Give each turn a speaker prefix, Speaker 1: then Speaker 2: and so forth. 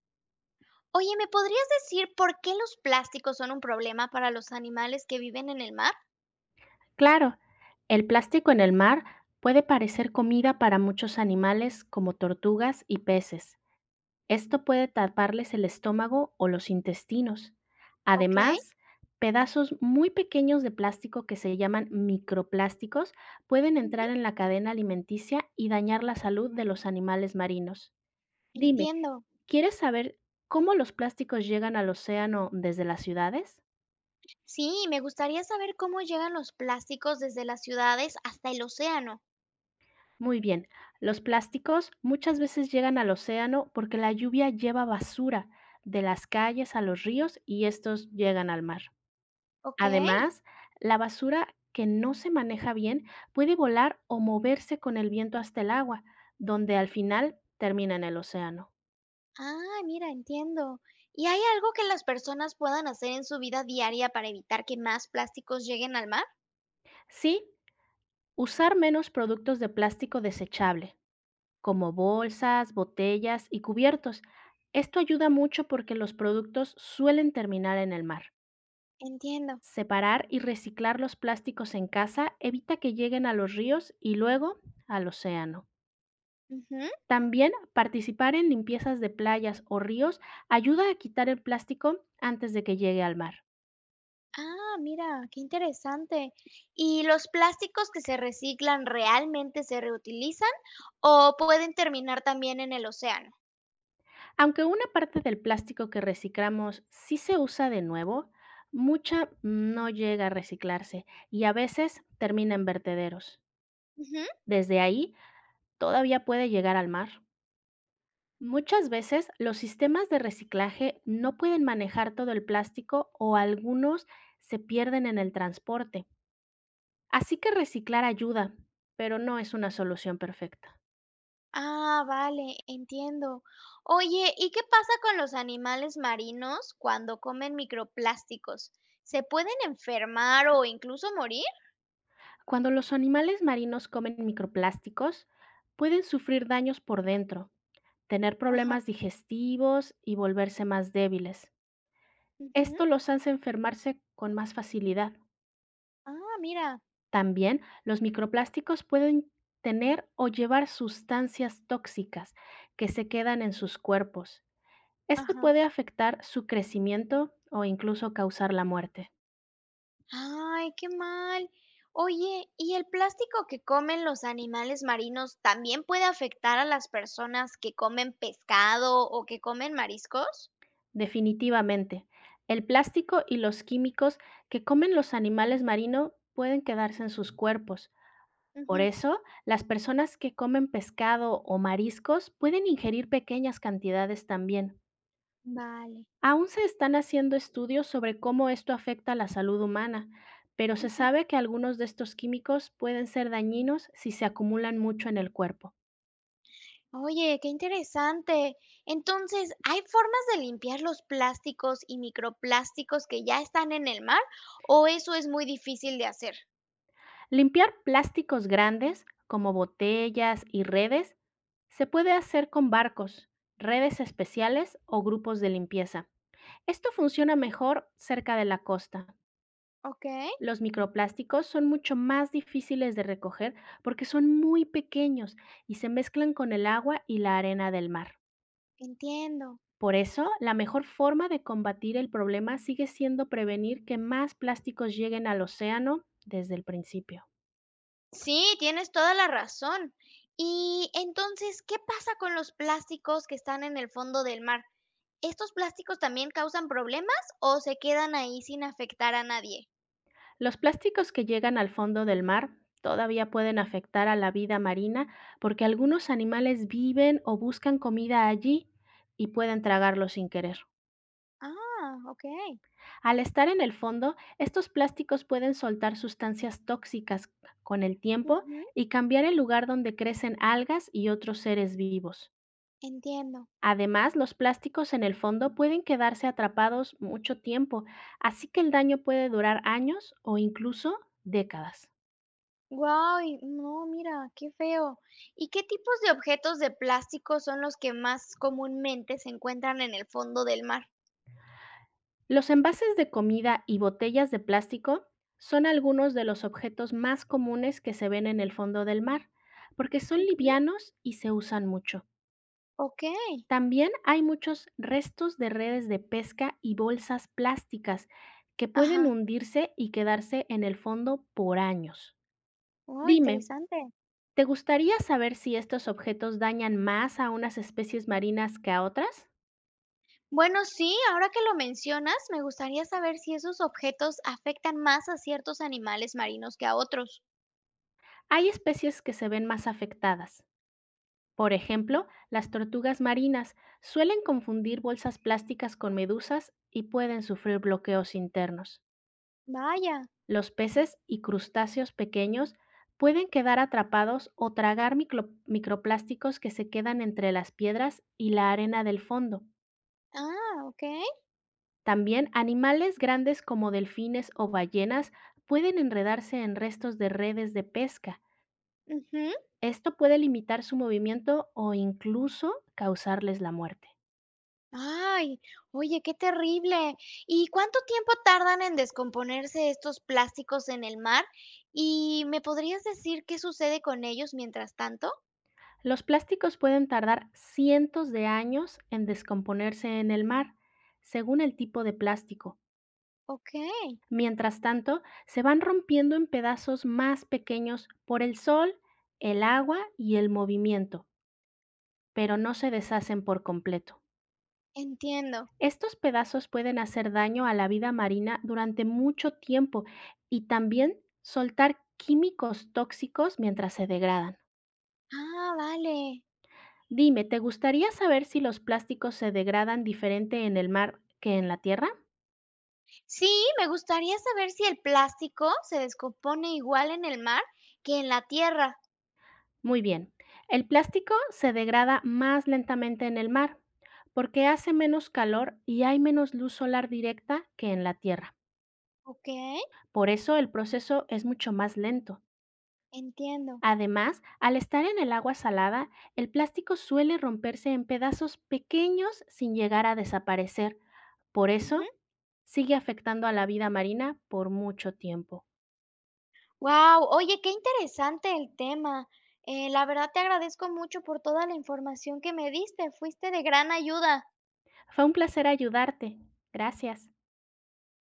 Speaker 1: Oye, ¿me podrías decir por qué los plásticos son un problema para los animales que viven en el mar?
Speaker 2: Claro, el plástico en el mar puede parecer comida para muchos animales como tortugas y peces. Esto puede taparles el estómago o los intestinos.
Speaker 1: Ok,
Speaker 2: Además, pedazos muy pequeños de plástico que se llaman microplásticos pueden
Speaker 1: ujú.
Speaker 2: entrar en la cadena alimenticia y dañar la salud de los animales marinos. Dime,
Speaker 1: Entiendo.
Speaker 2: ¿quieres saber cómo los plásticos llegan al océano desde las ciudades?
Speaker 1: Sí, me gustaría saber cómo llegan los plásticos desde las ciudades hasta el océano.
Speaker 2: Muy bien, los plásticos muchas veces llegan al océano porque la lluvia lleva basura de las calles a los ríos y estos llegan al mar.
Speaker 1: Ok.
Speaker 2: Además, la basura que no se maneja bien puede volar o moverse con el viento hasta el agua, donde al final termina en el océano.
Speaker 1: Ah, mira, entiendo. ¿Y hay algo que las personas puedan hacer en su vida diaria para evitar que más plásticos lleguen al mar?
Speaker 2: Sí, usar menos productos de plástico desechable, como bolsas, botellas y cubiertos. Esto ayuda mucho porque los productos suelen terminar en el mar.
Speaker 1: Entiendo.
Speaker 2: Separar y reciclar los plásticos en casa evita que lleguen a los ríos y luego al océano.
Speaker 1: Ujú.
Speaker 2: También participar en limpiezas de playas o ríos ayuda a quitar el plástico antes de que llegue al mar.
Speaker 1: Ah, mira, qué interesante. ¿Y los plásticos que se reciclan realmente se reutilizan o pueden terminar también en el océano?
Speaker 2: Aunque una parte del plástico que reciclamos sí se usa de nuevo, mucha no llega a reciclarse y a veces termina en vertederos.
Speaker 1: Ujú.
Speaker 2: Desde ahí todavía puede llegar al mar. Muchas veces los sistemas de reciclaje no pueden manejar todo el plástico o algunos se pierden en el transporte. Así que reciclar ayuda, pero no es una solución perfecta.
Speaker 1: Ah, vale, entiendo. Oye, ¿y qué pasa con los animales marinos cuando comen microplásticos? ¿Se pueden enfermar o incluso morir?
Speaker 2: Cuando los animales marinos comen microplásticos, pueden sufrir daños por dentro, tener
Speaker 1: Ajá,
Speaker 2: problemas digestivos y volverse más débiles.
Speaker 1: ujú.
Speaker 2: Esto los hace enfermarse con más facilidad.
Speaker 1: Ah, mira.
Speaker 2: También los microplásticos pueden tener o llevar sustancias tóxicas que se quedan en sus cuerpos. Esto
Speaker 1: Ajá.
Speaker 2: puede afectar su crecimiento o incluso causar la muerte.
Speaker 1: Ay, qué mal. Oye, ¿y el plástico que comen los animales marinos también puede afectar a las personas que comen pescado o que comen mariscos?
Speaker 2: Definitivamente, el plástico y los químicos que comen los animales marinos pueden quedarse en sus cuerpos. Por
Speaker 1: Ujú.
Speaker 2: eso, las personas que comen pescado o mariscos pueden ingerir pequeñas cantidades también.
Speaker 1: Vale.
Speaker 2: Aún se están haciendo estudios sobre cómo esto afecta a la salud humana, pero se
Speaker 1: Ujú.
Speaker 2: sabe que algunos de estos químicos pueden ser dañinos si se acumulan mucho en el cuerpo.
Speaker 1: Oye, qué interesante. Entonces, ¿hay formas de limpiar los plásticos y microplásticos que ya están en el mar o eso es muy difícil de hacer?
Speaker 2: Limpiar plásticos grandes, como botellas y redes, se puede hacer con barcos, redes especiales o grupos de limpieza. Esto funciona
Speaker 1: Ujú.
Speaker 2: mejor cerca de la costa.
Speaker 1: Ok,
Speaker 2: Los microplásticos son mucho más difíciles de recoger porque son muy pequeños y se mezclan con el agua y la arena del mar.
Speaker 1: entiendo.
Speaker 2: Por eso, la mejor forma de combatir el problema sigue siendo prevenir que más plásticos lleguen al océano desde el principio.
Speaker 1: Sí, tienes toda la razón. Y entonces, ¿qué pasa con los plásticos que están en el fondo del mar? ¿Estos plásticos también causan problemas o se quedan ahí sin afectar a nadie?
Speaker 2: Los plásticos que llegan al fondo del mar todavía pueden afectar a la vida marina porque algunos animales viven o buscan comida allí y pueden tragarlo sin querer.
Speaker 1: Ah, ok.
Speaker 2: Al estar en el fondo, estos plásticos pueden soltar sustancias tóxicas con el tiempo
Speaker 1: Ujú,
Speaker 2: y cambiar el lugar donde crecen algas y otros seres vivos.
Speaker 1: entiendo.
Speaker 2: Además, los plásticos en el fondo pueden quedarse atrapados mucho tiempo, así que el daño puede durar años o incluso décadas.
Speaker 1: Guau, no, mira, qué feo. ¿Y qué tipos de objetos de plástico son los que más comúnmente se encuentran en el fondo del mar?
Speaker 2: Los envases de comida y botellas de plástico son algunos de los objetos más comunes que se ven en el fondo del mar, porque son
Speaker 1: Ujú,
Speaker 2: livianos y se usan mucho.
Speaker 1: ok.
Speaker 2: También hay muchos restos de redes de pesca y bolsas plásticas que pueden
Speaker 1: Ajá.
Speaker 2: hundirse y quedarse en el fondo por años.
Speaker 1: Oh,
Speaker 2: Dime,
Speaker 1: interesante.
Speaker 2: ¿te gustaría saber si estos objetos dañan más a unas especies marinas que a otras?
Speaker 1: Bueno, sí, ahora que lo mencionas, me gustaría saber si esos objetos afectan más a ciertos animales marinos que a otros.
Speaker 2: Hay especies que se ven más afectadas. Por ejemplo, las tortugas marinas suelen confundir bolsas plásticas con medusas y pueden sufrir bloqueos internos.
Speaker 1: Vaya.
Speaker 2: Los peces y crustáceos pequeños pueden quedar atrapados o tragar microplásticos que se quedan entre las piedras y la arena del fondo.
Speaker 1: Ah, ok.
Speaker 2: También animales grandes como delfines o ballenas pueden enredarse en restos de redes de pesca.
Speaker 1: Ujú.
Speaker 2: Esto puede limitar su movimiento o incluso causarles la muerte.
Speaker 1: Ay, oye, qué terrible. ¿Y cuánto tiempo tardan en descomponerse estos plásticos en el mar? ¿Y me podrías decir qué sucede con ellos mientras tanto?
Speaker 2: Los plásticos pueden tardar cientos de años en descomponerse en el mar, según el tipo de plástico.
Speaker 1: Ok,
Speaker 2: Mientras tanto, se van rompiendo en pedazos más pequeños por el sol, el agua y el movimiento, pero no se deshacen por completo.
Speaker 1: entiendo.
Speaker 2: Estos pedazos pueden hacer daño a la vida marina durante mucho tiempo y también soltar químicos tóxicos mientras se degradan.
Speaker 1: Ah, vale.
Speaker 2: Dime, ¿te gustaría saber si los plásticos se degradan diferente en el mar que en la tierra?
Speaker 1: Sí, me gustaría saber si el plástico se descompone igual en el mar que en la tierra.
Speaker 2: Muy bien, el plástico se degrada más lentamente en el mar porque hace menos calor y hay menos luz solar directa que en la tierra.
Speaker 1: Okey,
Speaker 2: Por eso el proceso es mucho más lento.
Speaker 1: entiendo.
Speaker 2: Además, al estar en el agua salada, el plástico suele romperse en pedazos pequeños sin llegar a desaparecer. Por eso,
Speaker 1: Wow,
Speaker 2: sigue afectando a la vida marina por mucho tiempo.
Speaker 1: oye, qué interesante el tema. La verdad te agradezco mucho por toda la información que me diste, fuiste de gran ayuda.
Speaker 2: Fue un placer ayudarte. Gracias.